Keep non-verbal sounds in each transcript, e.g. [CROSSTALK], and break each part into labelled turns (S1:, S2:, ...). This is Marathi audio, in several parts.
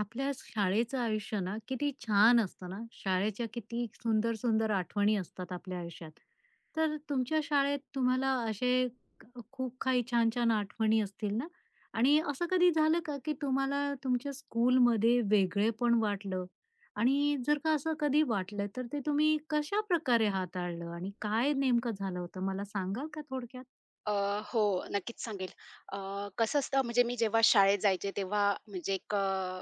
S1: आपल्या शाळेचं आयुष्य ना किती छान असतं ना. शाळेच्या किती सुंदर, सुंदर आठवणी असतात आपल्या आयुष्यात. तर तुमच्या शाळेत तुम्हाला असे खूप काही छान-छान आठवणी असतील ना? आणि असं कधी झालं का, की तुम्हाला तुमच्या स्कूलमध्ये वेगळेपण वाटलं? आणि जर का असं कधी वाटलं, तर ते तुम्ही कशाप्रकारे हाताळलं आणि काय नेमकं झालं होतं? मला सांगाल का थोडक्यात?
S2: अ, हो, नक्कीच सांगेल. अ, कसं असतं म्हणजे मी जेव्हा शाळेत जायचे तेव्हा म्हणजे एक, अ,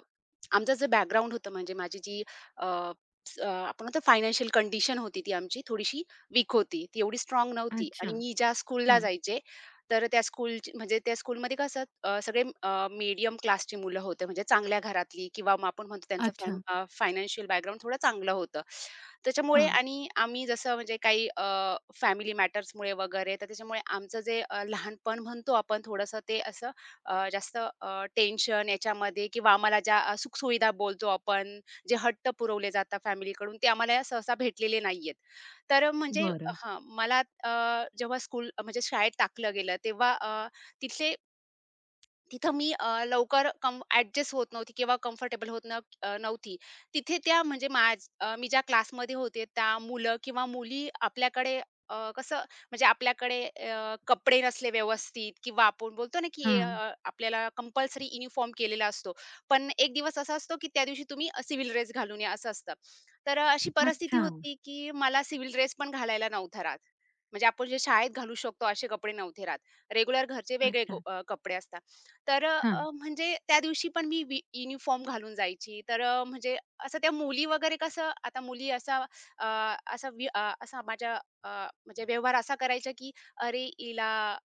S2: आमचं जे बॅकग्राऊंड होतं म्हणजे माझी जी, अ, आपण म्हणतो फायनान्शियल कंडिशन होती ती आमची थोडीशी वीक होती. ती एवढी स्ट्राँग नव्हती
S1: अच्छा.
S2: आणि मी ज्या स्कूलला
S1: हां.
S2: जायचे, तर त्या स्कूलमध्ये कसं सगळे मीडियम क्लासची मुलं होते, म्हणजे चांगल्या घरातली किंवा मग आपण म्हणतो त्यांचं
S1: अच्छा.
S2: फायनान्शियल बॅकग्राऊंड थोडं चांगलं होतं. त्याच्यामुळे
S1: हां.
S2: आणि आम्ही जसं म्हणजे काही फॅमिली मॅटर्समुळे वगैरे, तर त्याच्यामुळे आमचं जे लहानपण म्हणतो आपण, थोडंसं ते असं जास्त टेन्शन याच्यामध्ये, किंवा आम्हाला ज्या सुखसुविधा बोलतो आपण, जे हट्ट पुरवले जातात फॅमिलीकडून ते आम्हाला सहसा भेटलेले नाहीयेत. तर म्हणजे,
S1: बरं.
S2: हां, मला जेव्हा स्कूल म्हणजे शाळेत टाकलं गेलं तेव्हा, अ, तिथले तिथं मी लवकर कम ॲडजस्ट होत नव्हती किंवा कम्फर्टेबल होत नव्हती. तिथे त्या म्हणजे माझ अ, मी ज्या क्लासमध्ये होते त्या मुलं किंवा मुली, आपल्याकडे कसं म्हणजे आपल्याकडे कपडे नसले व्यवस्थित, किंवा आपण बोलतो ना, की
S1: हां.
S2: आपल्याला कंपल्सरी युनिफॉर्म केलेला असतो. पण एक दिवस असा असतो, की त्या दिवशी तुम्ही सिव्हिल ड्रेस घालून या असं असतं. तर अशी परिस्थिती
S1: अच्छा.
S2: होती, की मला सिव्हिल ड्रेस पण घालायला नव्हता राहत. म्हणजे आपण जे शाळेत घालू शकतो असे कपडे नव्हते राहत. रेग्युलर घरचे वेगळे
S1: अच्छा.
S2: कपडे असतात. तर
S1: हां.
S2: म्हणजे त्या दिवशी पण मी युनिफॉर्म घालून जायची. तर म्हणजे असं त्या मुली वगैरे, कसं आता मुली अ, असा माझ्या, अ, म्हणजे व्यवहार असा करायचा, की "अरे, हिला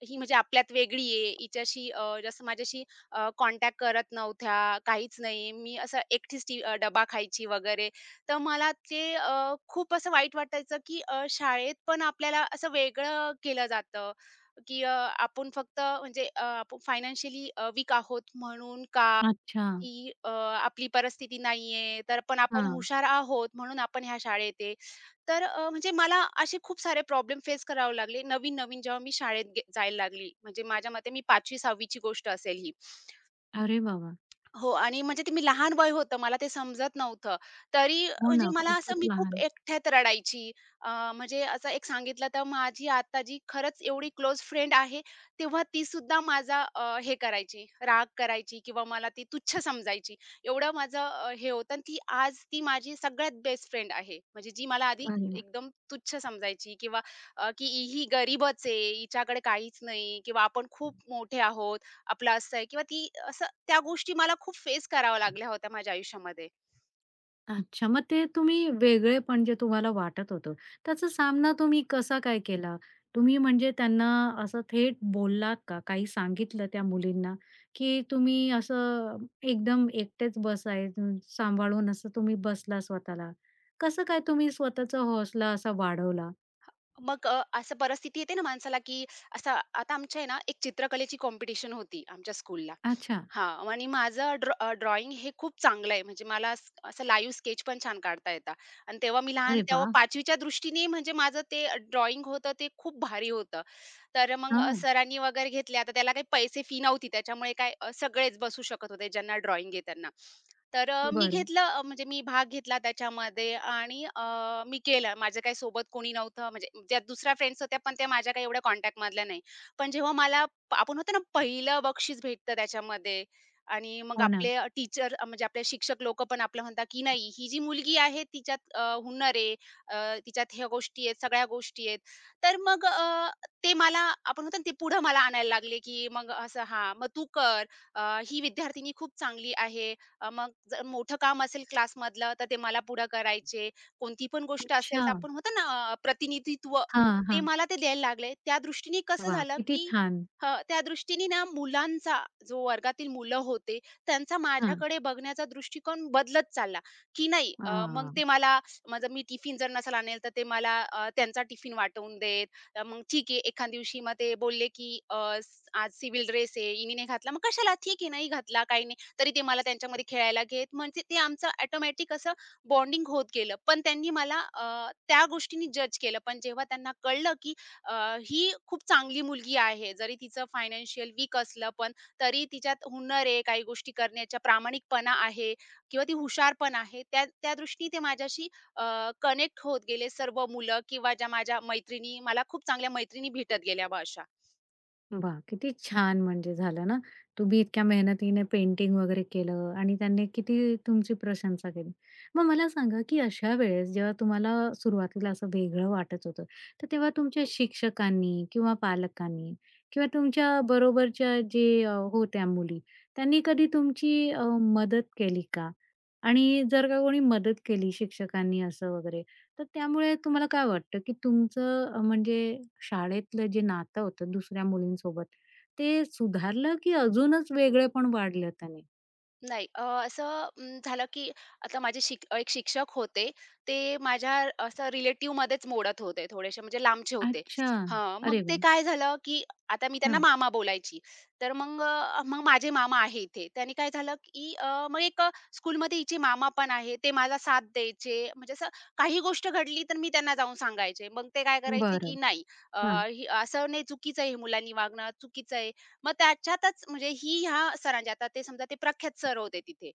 S2: ही म्हणजे आपल्यात वेगळी आहे. हिच्याशी जसं माझ्याशी कॉन्टॅक्ट करत नव्हत्या, काहीच नाही." मी असं एकटीच डबा खायची वगैरे. तर मला ते खूप असं वाईट वाटायचं, की शाळेत पण आपल्याला असं वेगळं केलं जातं. की आपण फक्त म्हणजे आपण फायनान्शियली वीक आहोत म्हणून, का
S1: अच्छा.
S2: की आपली परिस्थिती नाहीये, तर पण आपण
S1: हां.
S2: हुशार आहोत म्हणून आपण ह्या शाळेत आहे. तर म्हणजे मला असे खूप सारे प्रॉब्लेम फेस करावे लागले. नवीन-नवीन जेव्हा मी शाळेत जायला लागली, म्हणजे माझ्या मते मी 5वी 6वी गोष्ट असेल ही.
S1: अरे वाह, वाह!
S2: हो, आणि म्हणजे ते मी लहान वय होतं, मला ते समजत नव्हतं. तरी
S1: हो
S2: म्हणजे
S1: ना,
S2: मला असं
S1: खूपच
S2: मी खूप
S1: लहान.
S2: एकट्यात रडायची. म्हणजे असं एक सांगितलं, तर माझी आता जी खरंच एवढी क्लोज फ्रेंड आहे, तेव्हा तीसुद्धा माझा हे करायची, राग करायची किंवा मला ती तुच्छ समजायची. एवढं माझं हे होतं, आणि ती आज ती माझी सगळ्यात बेस्ट फ्रेंड आहे. म्हणजे जी मला आधी
S1: अरे वाह!
S2: एकदम तुच्छ समजायची, किंवा की "ही ही गरीबच आहे, हिच्याकडे काहीच नाही" किंवा "आपण खूप मोठे आहोत, आपलं असं आहे." किंवा ती असं, त्या गोष्टी मला खूप फेस कराव्या लागल्या होत्या माझ्या आयुष्यामध्ये.
S1: अच्छा, मग ते तुम्ही वेगळेपण जे तुम्हाला वाटत होतं, त्याचा सामना तुम्ही कसा काय केला? तुम्ही म्हणजे त्यांना असं थेट बोललात का? काही सांगितलं त्या मुलींना, की तुम्ही असं एकदम एकटेच बसाय सांभाळून असं तुम्ही बसला स्वतःला? कसं काय तुम्ही स्वतःचा हौसला असा वाढवला?
S2: मग असं परिस्थिती येते ना माणसाला, की असं आता आमच्या आहे ना, एक चित्रकलेची कॉम्पिटिशन होती आमच्या स्कूलला.
S1: अच्छा.
S2: हां. आणि माझं ड्रॉइंग हे खूप चांगलं आहे. म्हणजे मला असं लाईव्ह स्केच पण छान काढता येतात. आणि तेव्हा मी लहान,
S1: अरे
S2: तेव्हा
S1: वाह!
S2: 5वी दृष्टीने म्हणजे माझं ते ड्रॉइंग होतं, ते खूप भारी होतं. तर मग
S1: हां.
S2: सरांनी वगैरे घेतल्या. तर त्याला काही पैसे फी नव्हती. त्याच्यामुळे काय सगळेच बसू शकत होते ज्यांना ड्रॉइंग येत. तर मी
S1: बरं.
S2: घेतलं म्हणजे मी भाग घेतला त्याच्यामध्ये, आणि मी केलं. माझं काही सोबत कोणी नव्हतं. म्हणजे ज्या दुसऱ्या फ्रेंड्स होत्या, पण त्या माझ्या काही एवढ्या कॉन्टॅक्टमधल्या नाही. पण जेव्हा मला आपण होतो ना, पहिलं बक्षीस भेटतं त्याच्यामध्ये, आणि मग
S1: हो ना.
S2: आपले टीचर म्हणजे आपले शिक्षक लोकं पण आपलं म्हणतात, की नाही ही जी मुलगी आहे तिच्यात हुनर आहे. तिच्यात ह्या गोष्टी आहेत, सगळ्या गोष्टी आहेत. तर मग ते मला आपण म्हणतो ना, ते पुढं मला आणायला लागले, की मग असं, हां, "मग तू कर. अ, ही विद्यार्थिनी खूप चांगली आहे." मग जर मोठं काम असेल क्लासमधलं, तर ते मला पुढं करायचे. कोणती पण गोष्ट असेल,
S1: अच्छा.
S2: तर आपण म्हणतो ना, प्रतिनिधित्व,
S1: हां,
S2: ते
S1: हां.
S2: मला ते द्यायला लागले. त्या दृष्टीने कसं
S1: वाह!
S2: झालं,
S1: किती
S2: की
S1: छान.
S2: हं, त्या दृष्टीने ना मुलांचा, जो वर्गातील मुलं होते, त्यांचा
S1: हां.
S2: माझ्याकडे बघण्याचा दृष्टिकोन बदलत चालला, की नाही मग
S1: हां.
S2: ते मला, मी टिफिन जर नसेल आणेल, तर ते मला त्यांचा टिफिन वाटवून देत. मग ठीक आहे, एखाद दिवशी मग ते बोलले, की आज सिव्हिल ड्रेस आहे, इनी नाही घातला, मग कशाला? ठीक आहे, नाही घातला, काही नाही. तरी ते मला त्यांच्यामध्ये खेळायला घेत. म्हणजे ते आमचं ऑटोमॅटिक असं बॉन्डिंग होत गेलं. पण त्यांनी मला त्या गोष्टीने जज केलं. पण जेव्हा त्यांना कळलं, की अ, ही खूप चांगली मुलगी आहे, जरी तिचं फायनान्शियल वीक असलं पण तरी तिच्यात हुनर आहे, काही गोष्टी करण्याचा प्रामाणिकपणा आहे किंवा ती हुशार पण आहे, त्या त्या दृष्टीने ते माझ्याशी कनेक्ट होत गेले सर्व मुलं, किंवा ज्या माझ्या मैत्रिणी, मला खूप चांगल्या मैत्रिणी भेटत गेल्या अशा.
S1: वाह! किती छान म्हणजे झालं ना. तुम्ही इतक्या मेहनतीने पेंटिंग वगैरे केलं आणि त्यांनी किती तुमची प्रशंसा केली. मग मला सांगा, की अशा वेळेस जेव्हा तुम्हाला सुरुवातीला असं वेगळं वाटत होतं, तर तेव्हा तुमच्या शिक्षकांनी किंवा पालकांनी किंवा तुमच्या बरोबरच्या जे होत्या मुली, त्यांनी कधी तुमची मदत केली का? आणि जर का कोणी मदत केली शिक्षकांनी असं वगैरे, तर त्यामुळे तुम्हाला काय वाटतं, की तुमचं म्हणजे शाळेतलं जे नातं होतं दुसऱ्या मुलींसोबत, ते सुधारलं की अजूनच वेगळे पण वाढलं त्याने?
S2: नाही, असं झालं, की आता माझे एक शिक्षक होते. ते माझ्या असं रिलेटिव्हमध्येच मोडत होते थोडेसे, म्हणजे लांबचे होते.
S1: अच्छा.
S2: हां, मग
S1: अरे
S2: ते
S1: वाह!
S2: काय झालं, की आता मी त्यांना
S1: हां.
S2: मामा बोलायची. तर मग माझे मामा आहे इथे. त्याने काय झालं, की मग एक, स्कूलमध्ये हिचे मामा पण आहे. ते माझा साथ द्यायचे. म्हणजे असं काही गोष्ट घडली तर मी त्यांना जाऊन सांगायचे. मग ते काय करायचे, की
S1: बरं.
S2: नाही, अ,
S1: हां.
S2: हे असं नाही, चुकीचं आहे हे मुलांनी वागणं, चुकीचं आहे. मग त्याच्यातच म्हणजे ह्या सरांची, आता ते, समजा, ते प्रख्यात सर होते तिथे.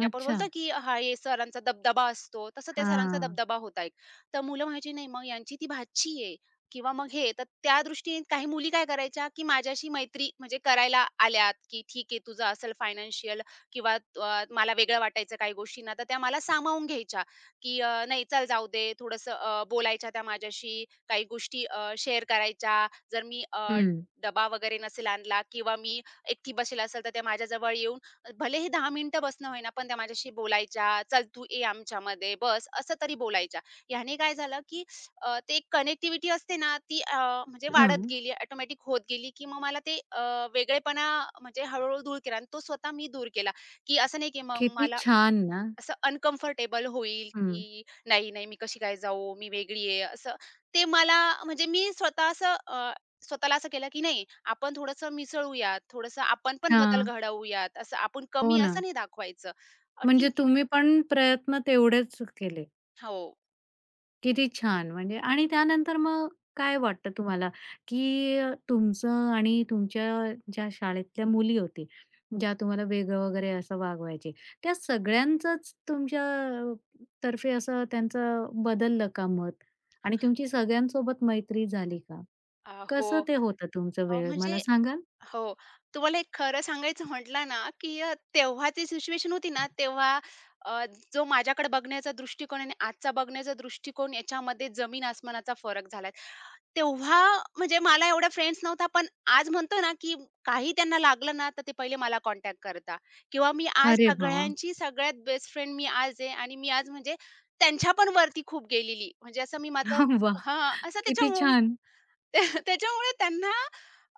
S2: की आपण
S1: अच्छा.
S2: बोलतो की हे सरांचा दबदबा असतो, तसं त्या सरांचा
S1: हां.
S2: दबदबा होता एक. तर मुलं म्हणायची, "नाही, मग यांची ती भाची आहे किंवा मग हे." तर त्या दृष्टीने काही मुली काय करायच्या, की माझ्याशी मैत्री म्हणजे करायला आल्यात, की "ठीक आहे, तुझं असेल फायनान्शियल किंवा मला वेगळं वाटायचं काही गोष्टींना." तर त्या मला सामावून घ्यायच्या, की "नाही, चल जाऊ दे." थोडंसं बोलायच्या त्या माझ्याशी, काही गोष्टी शेअर करायच्या. जर मी
S1: हं.
S2: डबा वगैरे नसेल आणला किंवा मी एकटी बसेल असेल, तर त्या माझ्याजवळ येऊन, भले हे 10 मिनिटं बसणं होईना, पण त्या माझ्याशी बोलायच्या, "चल तू ये आमच्यामध्ये बस," असं तरी बोलायच्या. ह्याने काय झालं, की ते एक कनेक्टिव्हिटी असते ना, ती म्हणजे वाढत
S1: हां.
S2: गेली, ऑटोमॅटिक होत गेली, की मग मला ते वेगळेपणा म्हणजे हळू दूर केला, आणि तो स्वतः मी दूर केला, की असं नाही, की मग
S1: किती
S2: मला
S1: छान ना.
S2: असं अनकम्फर्टेबल होईल,
S1: हं.
S2: की नाही, नाही मी कशी काय जाऊ? मी वेगळी आहे, असं. ते मला म्हणजे मी स्वतः स्वतःला असं केलं, की नाही आपण थोडंसं मिसळूयात, थोडंसं आपण पण बदल
S1: हां.
S2: घडवूयात, असं आपण
S1: हो
S2: कमी
S1: ना.
S2: असं नाही दाखवायचं.
S1: म्हणजे
S2: ठीक आहे.
S1: तुम्ही पण प्रयत्न तेवढेच केले.
S2: हो.
S1: किती छान! म्हणजे आणि त्यानंतर मग काय वाटतं तुम्हाला, की तुमचं आणि तुमच्या ज्या शाळेतल्या मुली होती, ज्या तुम्हाला वेगळं वगैरे असं वागवायचे, त्या सगळ्यांचंच तुमच्या अ, तर्फे असं त्यांचं बदललं का मत? आणि तुमची सगळ्यांसोबत मैत्री झाली का?
S2: हो.
S1: कसं ते होतं तुमचं वेळ मला
S2: म्हणजे
S1: सांगाल?
S2: हो. तुम्हाला एक खरं सांगायचं म्हटलं ना, की तेव्हाची सिच्युएशन होती ना, तेव्हा अ, जो माझ्याकडे बघण्याचा दृष्टिकोन आणि आजचा बघण्याचा दृष्टिकोन याच्यामध्ये जमीन आसमानाचा फरक झालाय. तेव्हा म्हणजे मला एवढ्या फ्रेंड्स नव्हता, पण आज म्हणतो ना, की काही त्यांना लागलं ना, तर ते पहिले मला कॉन्टॅक्ट करता, किंवा मी आज
S1: अरे वाह!
S2: सगळ्यांची सगळ्यात बेस्ट फ्रेंड मी आज आहे, आणि मी आज म्हणजे त्यांच्या पण वरती खूप गेलेली. म्हणजे असं मी
S1: वाह!
S2: माझं. हां,
S1: [LAUGHS]
S2: असं
S1: किती
S2: त्याच्यामुळे
S1: छान!
S2: [LAUGHS] त्याच्यामुळे त्यांना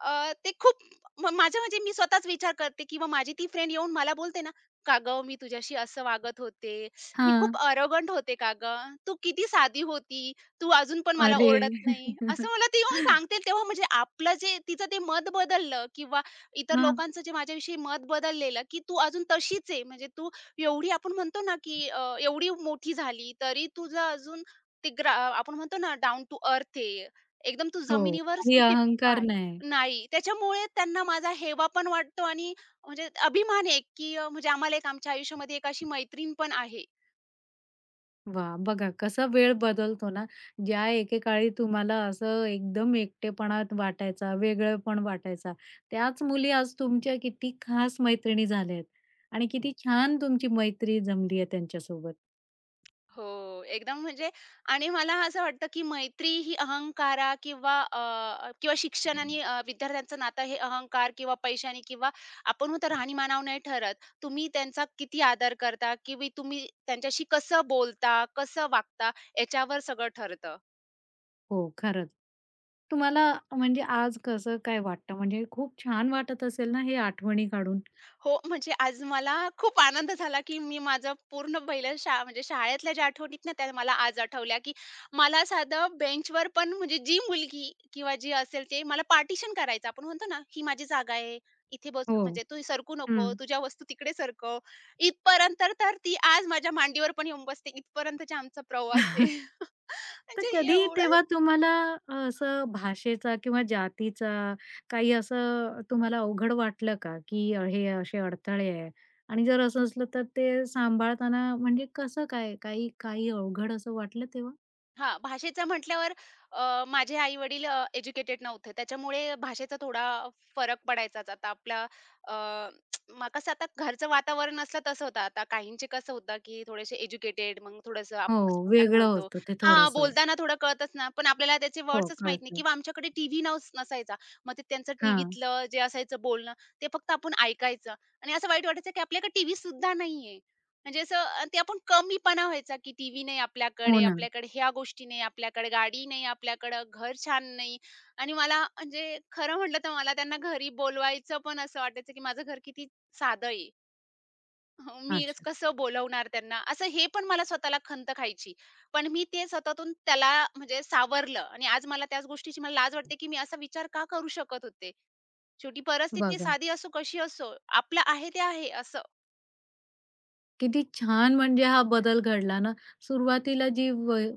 S2: अ, ते खूप, माझ्या म्हणजे मी स्वतःच विचार करते किंवा माझी ती फ्रेंड येऊन मला बोलते ना, "का गं, मी तुझ्याशी असं वागत होते. मी खूप
S1: हां.
S2: अरोगंट होते का गं? तू किती साधी होती. तू अजून पण मला
S1: अरे!
S2: ओरडत नाही." असं
S1: [LAUGHS]
S2: मला ती येऊन सांगते तेव्हा म्हणजे आपलं जे तिचं ते मत बदललं, किंवा इतर
S1: हां.
S2: लोकांचं जे माझ्याविषयी मत बदललेलं, की "तू अजून तशीच आहे. म्हणजे तू एवढी", आपण म्हणतो ना, की एवढी मोठी झाली तरी तुझं अजून ते आपण म्हणतो ना, डाउन टू अर्थ आहे. एकदम तू
S1: हो.
S2: जमिनीवरच
S1: काही
S2: तुझे
S1: अहंकार
S2: पाय
S1: नाही.
S2: नाही. त्याच्यामुळे त्यांना माझा हेवा पण वाटतो, आणि म्हणजे अभिमान आहे, की म्हणजे आम्हाला एक आमच्या आयुष्यामध्ये एक अशी मैत्रीण पण आहे.
S1: वा, बघा कसा वेळ बदलतो ना, ज्या एकेकाळी तुम्हाला असं एकदम एकटेपणा वाटायचा, वेगळेपण वाटायचा, त्याच मुली आज तुमच्या किती खास मैत्रिणी झाल्या आहेत आणि किती छान तुमची मैत्री जमली आहे त्यांच्यासोबत.
S2: हो, एकदम म्हणजे, आणि मला असं वाटतं, की मैत्री ही अहंकारा किंवा किंवा शिक्षण आणि विद्यार्थ्यांचं नातं हे अहंकार किंवा पैशाने किंवा आपण म्हणतो राहणीमानावर नाही ठरत. तुम्ही त्यांचा किती आदर करता, किंवा तुम्ही त्यांच्याशी कसं बोलता, कसं वागता याच्यावर सगळं ठरतं.
S1: हो, खरंच. तुम्हाला म्हणजे आज कसं काय वाटतं? म्हणजे खूप छान वाटत असेल ना, हे आठवणी काढून?
S2: हो, म्हणजे आज मला खूप आनंद झाला, की मी माझं पूर्ण पहिलं शा म्हणजे शाळेतल्या ज्या आठवणीत ना, त्या मला आज आठवल्या, की मला साधं बेंचवर पण म्हणजे जी मुलगी किंवा जी असेल, ते मला पार्टिशन करायचं. आपण म्हणतो ना, ही माझी जागा आहे, इथे बस,
S1: हो.
S2: म्हणजे तू सरकू नको,
S1: हं.
S2: तुझ्या वस्तू तिकडे सरकव. इथपर्यंत, तर ती आज माझ्या मांडीवर पण येऊन बसते. इथपर्यंतचा आमचा प्रवास आहे.
S1: [LAUGHS]
S2: [LAUGHS]
S1: तर
S2: म्हणजे
S1: कधी
S2: एवढं.
S1: तेव्हा तुम्हाला असं भाषेचा किंवा जातीचा काही असं तुम्हाला अवघड वाटलं का? की हे असे अडथळे आहे आणि जर असं असलं तर ते सांभाळताना म्हणजे कसं काय? काही काही अवघड असं वाटलं तेव्हा?
S2: हा, भाषेचं म्हटल्यावर माझे आई-वडील एज्युकेटेड नव्हते. त्याच्यामुळे भाषेचा थोडा फरक पडायचाच. आता आपला, अ, मग कसं आता घरचं वातावरण असलं तसं होतं. आता काहींचे कसं होतं, की थोडेसे एज्युकेटेड, मग थोडंसं
S1: हो,
S2: आपण कसं बोलताना
S1: वेगळं
S2: म्हणतो,
S1: होतं ते
S2: हां,
S1: थोडंसं.
S2: बोलताना थोडं कळतच ना, पण आपल्याला त्याचे
S1: हो,
S2: वर्ड्सच माहीत नाही,
S1: कळतं.
S2: किंवा आमच्याकडे टीव्ही नसायचा. मग ते त्यांचं
S1: हां.
S2: टीव्हीतलं जे असायचं बोलणं, ते फक्त आपण ऐकायचं, आणि असं वाईट वाटायचं, की आपल्याकडे टीव्हीसुद्धा नाहीये. म्हणजे असं ते आपण कमीपणा व्हायचा, की टीव्ही नाही
S1: हो
S2: आपल्याकडे,
S1: ना.
S2: आपल्याकडे ह्या गोष्टी नाही, आपल्याकडे गाडी नाही, आपल्याकडं घर छान नाही. आणि मला म्हणजे खरं म्हटलं तर मला त्यांना घरी बोलवायचं पण असं वाटायचं, की माझं घर किती साधं आहे. मी च
S1: अच्छा.
S2: कसं बोलवणार त्यांना? असं हे पण मला स्वतःला खंत खायची. पण मी ते स्वतःतून त्याला म्हणजे सावरलं, आणि आज मला त्याच गोष्टीची मला लाज वाटते, की मी असा विचार का करू शकत होते? शेवटी परिस्थिती
S1: बघा.
S2: साधी असो, कशी असो, आपलं आहे ते आहे असं.
S1: किती छान म्हणजे हा बदल घडला ना. सुरुवातीला जी वय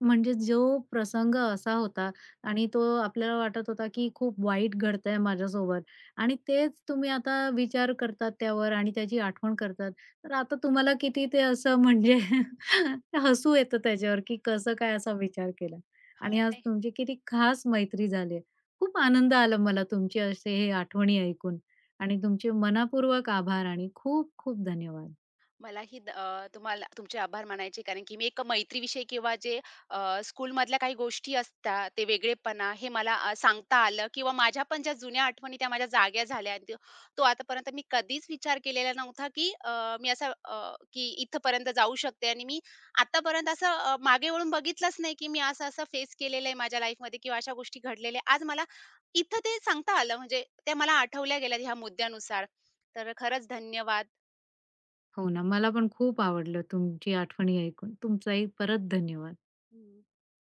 S1: म्हणजे जो प्रसंग असा होता आणि तो आपल्याला वाटत होता, की खूप वाईट घडतंय माझ्यासोबत आणि तेच तुम्ही आता विचार करतात त्यावर आणि त्याची आठवण करतात. तर आता तुम्हाला किती ते असं म्हणजे [LAUGHS] हसू येतं त्याच्यावर, की कसं काय असा विचार केला
S2: हां,
S1: आणि आज
S2: नाही.
S1: तुमची किती खास मैत्री झाली खूप आनंद आला मला तुमचे असे हे आठवणी ऐकून आणि तुमचे मनःपूर्वक आभार आणि खूप खूप धन्यवाद.
S2: तुम्हाला तुमचे आभार मानायचे, कारण की मी एक मैत्रीविषयी किंवा जे स्कूलमधल्या काही गोष्टी असतात, ते वेगळेपणा हे मला सांगता आलं, किंवा माझ्या पण ज्या जुन्या आठवणी त्या माझ्या जाग्या झाल्या. आणि तो आतापर्यंत मी कधीच विचार केलेला नव्हता, की अ, मी असं अ, की इथपर्यंत जाऊ शकते, आणि मी आतापर्यंत मागे वळून बघितलंच नाही, की मी असं-असं फेस केलेलं आहे माझ्या लाईफमध्ये, किंवा अशा गोष्टी घडलेल्या आहेत. आज मला इथं ते सांगता आलं म्हणजे त्या मला आठवल्या गेल्या ह्या मुद्द्यानुसार. तर खरंच धन्यवाद.
S1: हो ना, मला पण खूप आवडलं तुमची आठवणी ऐकून. तुमचाही परत धन्यवाद.